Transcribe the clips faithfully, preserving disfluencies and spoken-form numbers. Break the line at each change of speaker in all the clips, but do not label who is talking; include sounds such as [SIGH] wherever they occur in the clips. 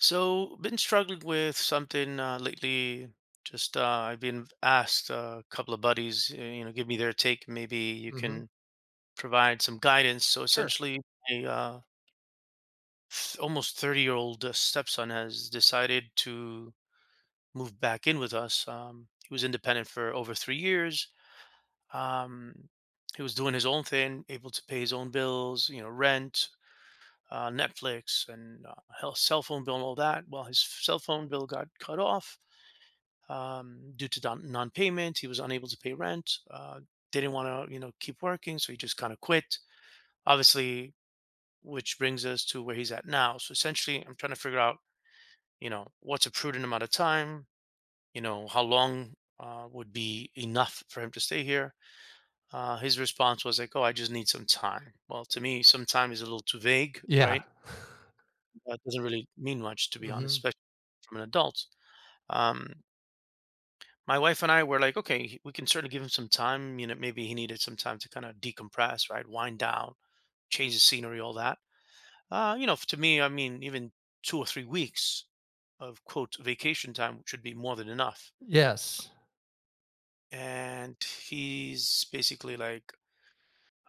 So, been struggling with something uh, lately. Just uh, I've been asked uh, a couple of buddies, uh, you know, give me their take. Maybe you
Mhm.
can provide some guidance. So,
Sure.
essentially, a uh, th- almost thirty-year-old uh, stepson has decided to move back in with us. Um, he was independent for over three years. Um, he was doing his own thing, able to pay his own bills, you know, rent, uh, Netflix, and uh, hell, cell phone bill, and all that. Well, his cell phone bill got cut off um, due to don- non-payment. He was unable to pay rent. Uh, didn't want to, you know, keep working, so he just kind of quit. Obviously, which brings us to where he's at now. So essentially, I'm trying to figure out, you know, what's a prudent amount of time. You know, how long uh, would be enough for him to stay here. Uh, his response was like, "Oh, I just need some time." Well, to me, some time is a little too vague,
Yeah.
right? That doesn't really mean much, to be honest,
Mhm.
especially from an adult. Um, my wife and I were like, okay, we can certainly give him some time. You know, maybe he needed some time to kind of decompress, right? Wind down, change the scenery, all that. Uh, you know, to me, I mean, even two or three weeks of quote vacation time should be more than enough.
Yes.
And he's basically like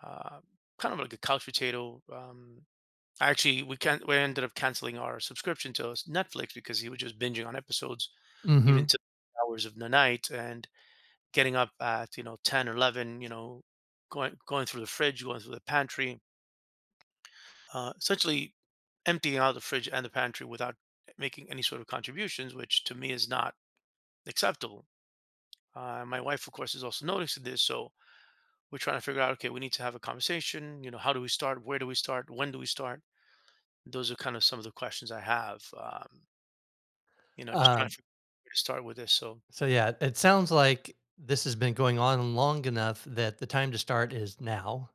uh, kind of like a couch potato. Um, actually, we can not we ended up canceling our subscription to Netflix because he was just binging on episodes even
Mhm.
to hours of the night, and getting up at you know ten or eleven, you know going going through the fridge, going through the pantry, uh, essentially emptying out the fridge and the pantry without making any sort of contributions, which to me is not acceptable. Uh, my wife, of course, is also noticing this, so we're trying to figure out, okay, we need to have a conversation. You know how do we start? Where do we start? When do we start? Those are kind of some of the questions I have. Um, you know just
Uh,
trying to figure out where to start with this, so...
so, yeah, it sounds like this has been going on long enough that the time to start is now,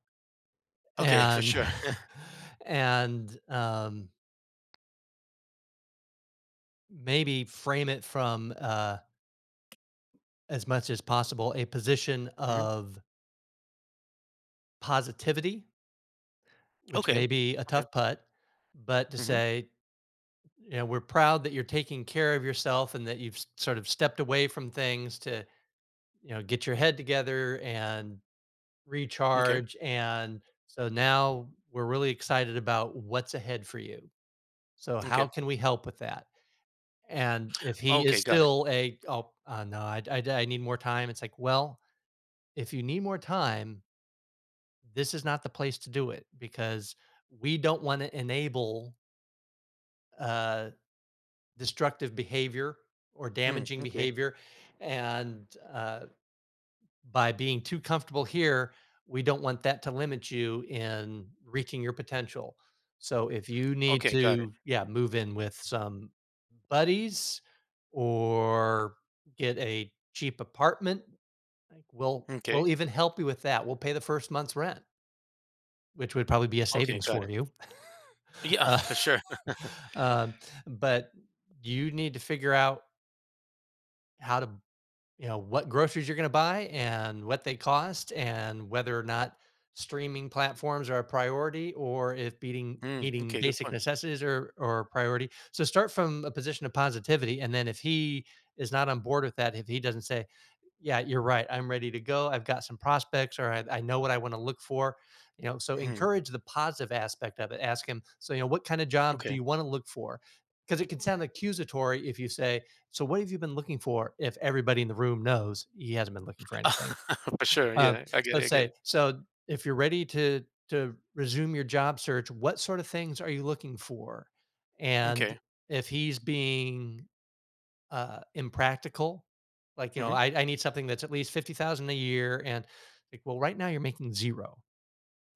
Okay, for
and
sure.
[LAUGHS] and, um, maybe frame it from, uh, as much as possible, a position
[LAUGHS] Hmm.
of positivity, which may
Okay.
be a
Okay.
tough putt, but to
Hmm.
say, you know, "We're proud that you're taking care of yourself and that you've s sort of stepped away from things to you know, get your head together and
Okay.
recharge. And so now we're really excited about what's ahead for you. So how
Okay.
can we help with that? And if he is
Okay, got it.
still a, oh, uh, no, I, I, I need more time." It's like, well, if you need more time, this is not the place to do it because we don't want to enable uh, destructive behavior or
Hmm.
damaging
Okay.
behavior. And uh, by being too comfortable here, we don't want that to limit you in reaching your potential. So if you need
Okay, got it.
to, yeah, move in with some buddies or get a cheap apartment, like we'll we'll
Okay.
even help you with that. We'll pay the first month's rent, which would probably be a
Okay,
savings
got
for
it.
you. [LAUGHS]
Yeah, [LAUGHS]
Uh,
for sure.
[LAUGHS] um, but you need to figure out how to you know what groceries you're going to buy and what they cost and whether or not streaming platforms are a priority or if beating
Mm,
meeting
okay, good
basic
point.
necessities are or a priority, so start from a position of positivity, and then if he is not on board with that, if he doesn't say, "Yeah, you're right. I'm ready to go. I've got some prospects, or I, I know what I want to look for." You know, so
Hmm,
encourage the positive aspect of it. Ask him, so you know, what kind of jobs do
okay.
you want to look for? Because it can sound accusatory if you say, "So what have you been looking for?" if everybody in the room knows he hasn't been looking for anything.
[LAUGHS] For sure,
Uh,
yeah, I get
so
it, I get
say,
it.
so if you're ready to to resume your job search, what sort of things are you looking for? And
Okay.
if he's being uh, impractical. Like, you know,
Mhm.
I, I need something that's at least fifty thousand a year." And like, well, right now you're making zero.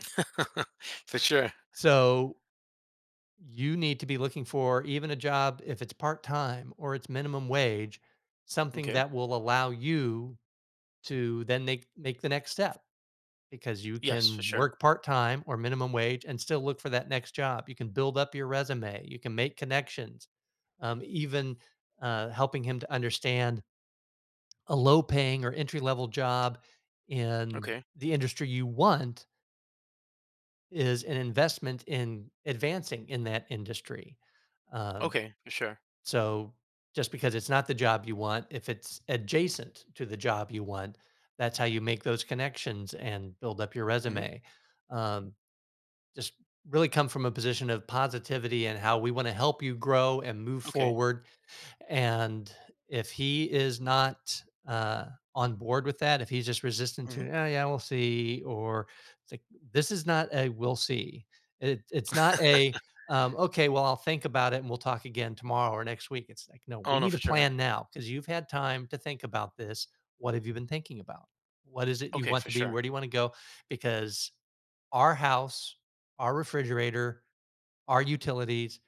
[LAUGHS] For sure.
So you need to be looking for even a job, if it's part time or it's minimum wage, something
Okay.
that will allow you to then make, make the next step, because you
Yes, for
can
sure.
work part time or minimum wage and still look for that next job. You can build up your resume, you can make connections, um, even uh, helping him to understand a low paying or entry level job in
Okay.
the industry you want is an investment in advancing in that industry. Um,
Okay, for sure.
so just because it's not the job you want, if it's adjacent to the job you want, that's how you make those connections and build up your
Mhm.
resume. Um, just really come from a position of positivity and how we want to help you grow and move
Okay.
forward. And if he is not uh, on board with that, if he's just resistant to,
Mhm.
"Oh, yeah, we'll see," or it's like, this is not a "we'll see." It, it's not a, um, "Okay, well, I'll think about it and we'll talk again tomorrow or next week." It's like, no, we
Oh, no,
need a
for sure.
plan now because you've had time to think about this. What have you been thinking about? What is it you
Okay,
want
for
to be?
sure.
Where do you want to go? Because our house, our refrigerator, our utilities,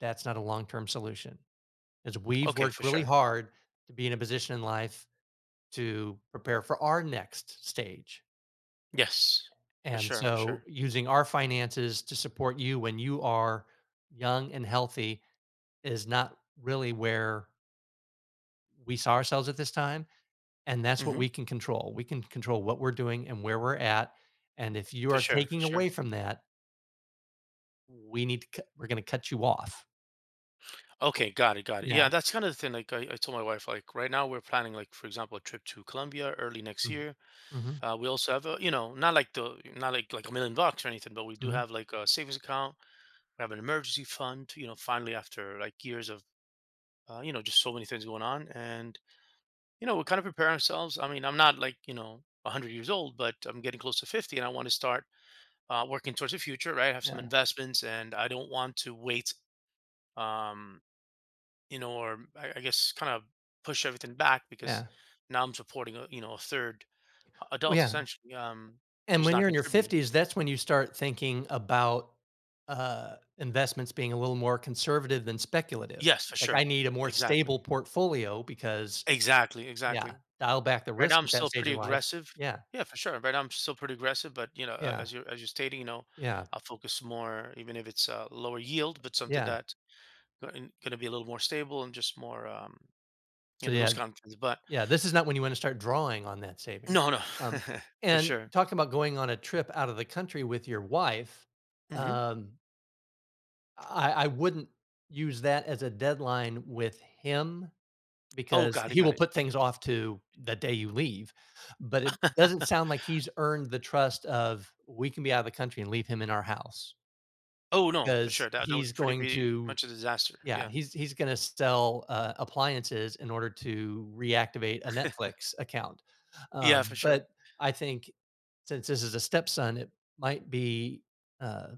that's not a long-term solution, is we've
Okay,
worked
for
really
sure.
hard to be in a position in life to prepare for our next stage,
Yes. For
and
sure, for
so
sure.
using our finances to support you when you are young and healthy is not really where we saw ourselves at this time, and that's what
Mhm.
we can control. We can control what we're doing and where we're at, and if you
For
are
sure, for
taking
sure.
away from that, we need to cut we're gonna cut you off.
Okay, got it, got it. Yeah,
Yeah.
that's kinda the thing, like, I I told my wife, like, right now we're planning, like, for example, a trip to Colombia early next
Mhm.
year.
Mhm.
Uh, we also have a, you know, not like the, not like like a million bucks or anything, but we do
Mhm.
have like a savings account. We have an emergency fund. You know, finally, after like years of, uh, you know, just so many things going on, and you know, we kind of prepare ourselves. I mean, I'm not like you know a hundred years old, but I'm getting close to fifty, and I want to start uh, working towards the future. Right, I have some
Yeah,
investments, and I don't want to wait. Um, you know, or I, I guess kind of push everything back because
yeah.
now I'm supporting a, you know a third
Well,
adult,
yeah,
essentially, um,
and
who's
when
not
you're in your
contributing.
fifties, that's when you start thinking about, uh, investments being a little more conservative than speculative.
Yes, for
It's like, I
sure.
need a more
Exactly.
stable portfolio because
Exactly,
yeah,
exactly.
dial back the
Right now,
risk
I'm
at that
still
stage
pretty
in life.
aggressive.
Yeah,
Yeah, for sure. Right now, I'm still pretty aggressive, but you know, a-
yeah,
as you're as you're stating, you know,
yeah,
I'll focus more, even if it's uh, lower yield, but something
yeah.
that's going to be a little more stable and just more, um, you
So,
know, those
yeah,
kind of things. But
yeah, this is not when you wanna start drawing on that savings.
no, no,
Um,
[LAUGHS] for
and
sure.
talking about going on a trip out of the country with your wife,
Hmm.
um, I I wouldn't use that as a deadline with him
Oh,
because
got it,
he
got
will
it.
put things off to the day you leave, but it doesn't sound like he's earned the trust of, "We can be out of the country and leave him in our house
Oh, no, for
because
sure. That that
he's
would pretty
going
be
to
much a disaster.
yeah,
Yeah,
he's he's gonna sell, uh, appliances in order to reactivate a Netflix account,"
yeah, for
um,
sure.
but I think since this is a stepson, it might be, uh,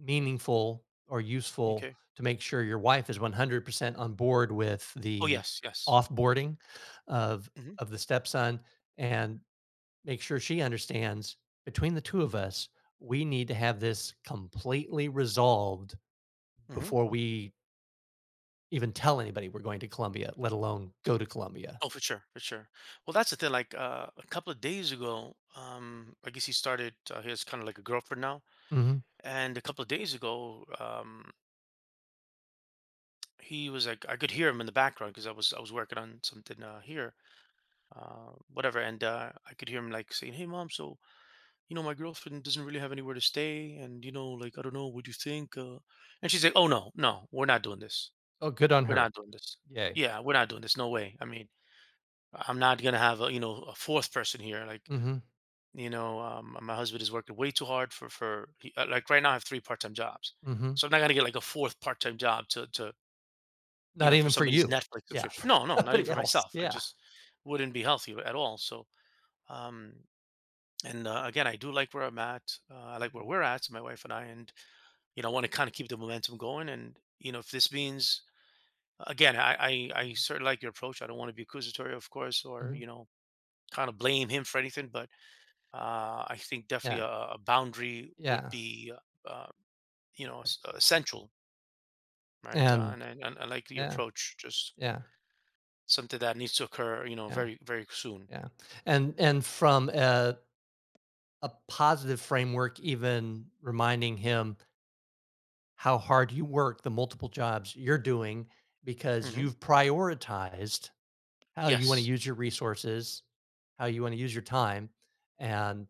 meaningful or useful
Okay.
to make sure your wife is one hundred percent on board with
Oh,
the
yes, yes.
offboarding of
Hmm.
of the stepson, and make sure she understands between the two of us, we need to have this completely resolved
Hmm.
before we even tell anybody we're going to Colombia, let alone go to Colombia.
Oh, for sure, for sure. Well, that's the thing. Like uh, a couple of days ago, um, I guess he started. Uh, he has kind of like a girlfriend now.
Mhm.
And a couple of days ago, um, he was like, I could hear him in the background because I was I was working on something uh, here, uh, whatever. And uh, I could hear him like saying, "Hey, Mom. So you know, my girlfriend doesn't really have anywhere to stay, and you know, like I don't know. What do you think?" Uh, and she's like, "Oh, no, no, we're not doing this.
Oh, good on
We're
her.
not doing this.
Yay.
Yeah, we're not doing this. No way. I mean, I'm not gonna have a you know a fourth person here. Like."
Mhm,
You know um, my husband is working way too hard for for he, uh, like right now I have three part-time jobs,
mhm.
so I'm not going to get like a fourth part-time job to to you
Not
know for
even for
somebody's
you.
Netflix
Yeah, [LAUGHS]
subscription.
for
No, no, not even
somebody
for
else.
myself. I
Yeah.
just wouldn't be healthy at all, so... um and uh, again, I do like where I'm at. uh, I like where we're at, my wife and I, and you know I want to kind of keep the momentum going, and you know if this means, again, i i, I certainly like your approach. I don't want to be accusatory, of course, or
Mhm.
you know kind of blame him for anything, but... Uh, I think
Yeah,
definitely a, a boundary would
yeah.
be, uh, you know, es- uh, essential, right? Uh,
And
and, and, and I like the
yeah,
approach, just
yeah,
something that needs to occur, you know,
yeah,
very, very soon.
yeah, and and from a a positive framework, even reminding him how hard you work, the multiple jobs you're doing, because
Hmm.
you've prioritized how you wanna
Yes,
use your resources, how you wanna use your time, and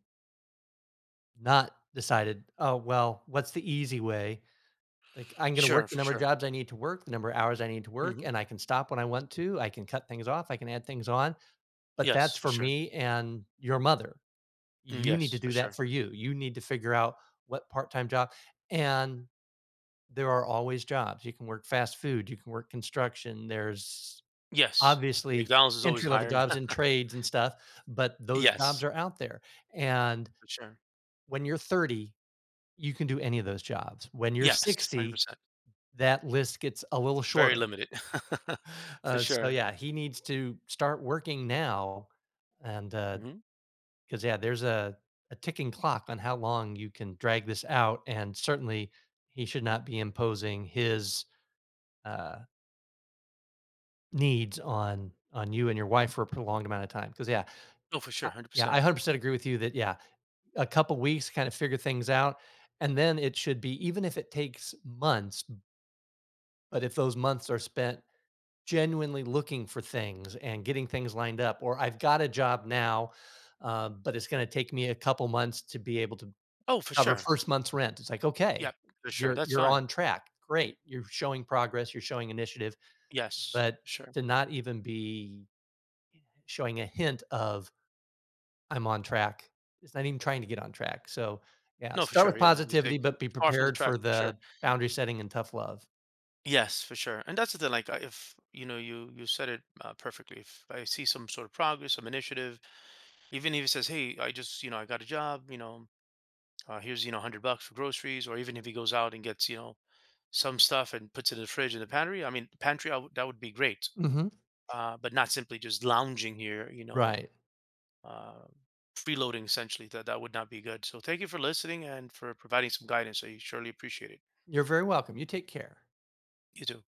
not decided, "Oh, well, what's the easy way? Like, I'm gonna
sure,
work the
for
number of
sure.
jobs I need to work, the number of hours I need to work,
Hmm.
and I can stop when I want to, I can cut things off, I can add things on, but
Yes,
that's
for
for
sure.
me and your mother."
Mm,
You need to
yes, for
do that
sure.
for you. You need to figure out what part-time job, and there are always jobs. You can work fast food, you can work construction, there's
Yes,
obviously
McDonald's is always
entry-level
hiring.
jobs in trades and stuff, but
[LAUGHS]
those jobs
Yes,
are out there, and
for sure.
when you're thirty, you can do any of those jobs. When you're
Yes,
sixty,
one hundred percent.
that list gets a little
Very
shorter.
limited, [LAUGHS] for
Uh, so
sure.
yeah, he needs to start working now and, uh,
Hmm.
because yeah, there's a a ticking clock on how long you can drag this out, and certainly he should not be imposing his uh, needs on on you and your wife for a prolonged amount of time. Because yeah,
Oh, for sure,
I, yeah, I
one hundred percent.
one hundred percent agree with you that yeah, a couple weeks kind of figure things out, and then it should be even if it takes months, but if those months are spent genuinely looking for things and getting things lined up, or I've got a job now. Uh, but it's going to take me a couple months to be able to
Oh, for
cover
sure.
first month's rent. It's like, okay,
Yep, for sure.
you're
That's
you're
fine.
on track. Great. You're showing progress, you're showing initiative,
Yes,
but
for sure.
to not even be showing a hint of I'm on track. It's not even trying to get on track. So yeah,
No, for
start with
sure, yeah, he's,
positivity,
like,
but be
far from the
prepared
track,
for
for sure.
the boundary setting and tough love.
Yes, for sure, and that's the thing, like, I if, you know, you you said it, uh, perfectly, if I see some sort of progress, some initiative, even if he says, "Hey, I just you know, I got a job, you know, uh, here's, you know, a hundred bucks for groceries," or even if he goes out and gets, you know, some stuff and puts it in the fridge in the pantry, I mean, pantry, I would that would be great,
Mhm.
uh, but not simply just lounging here, you know,
Right.
uh, freeloading essentially. That that would not be good, so thank you for listening and for providing some guidance, I surely appreciate it.
You're very welcome. You take care.
You too.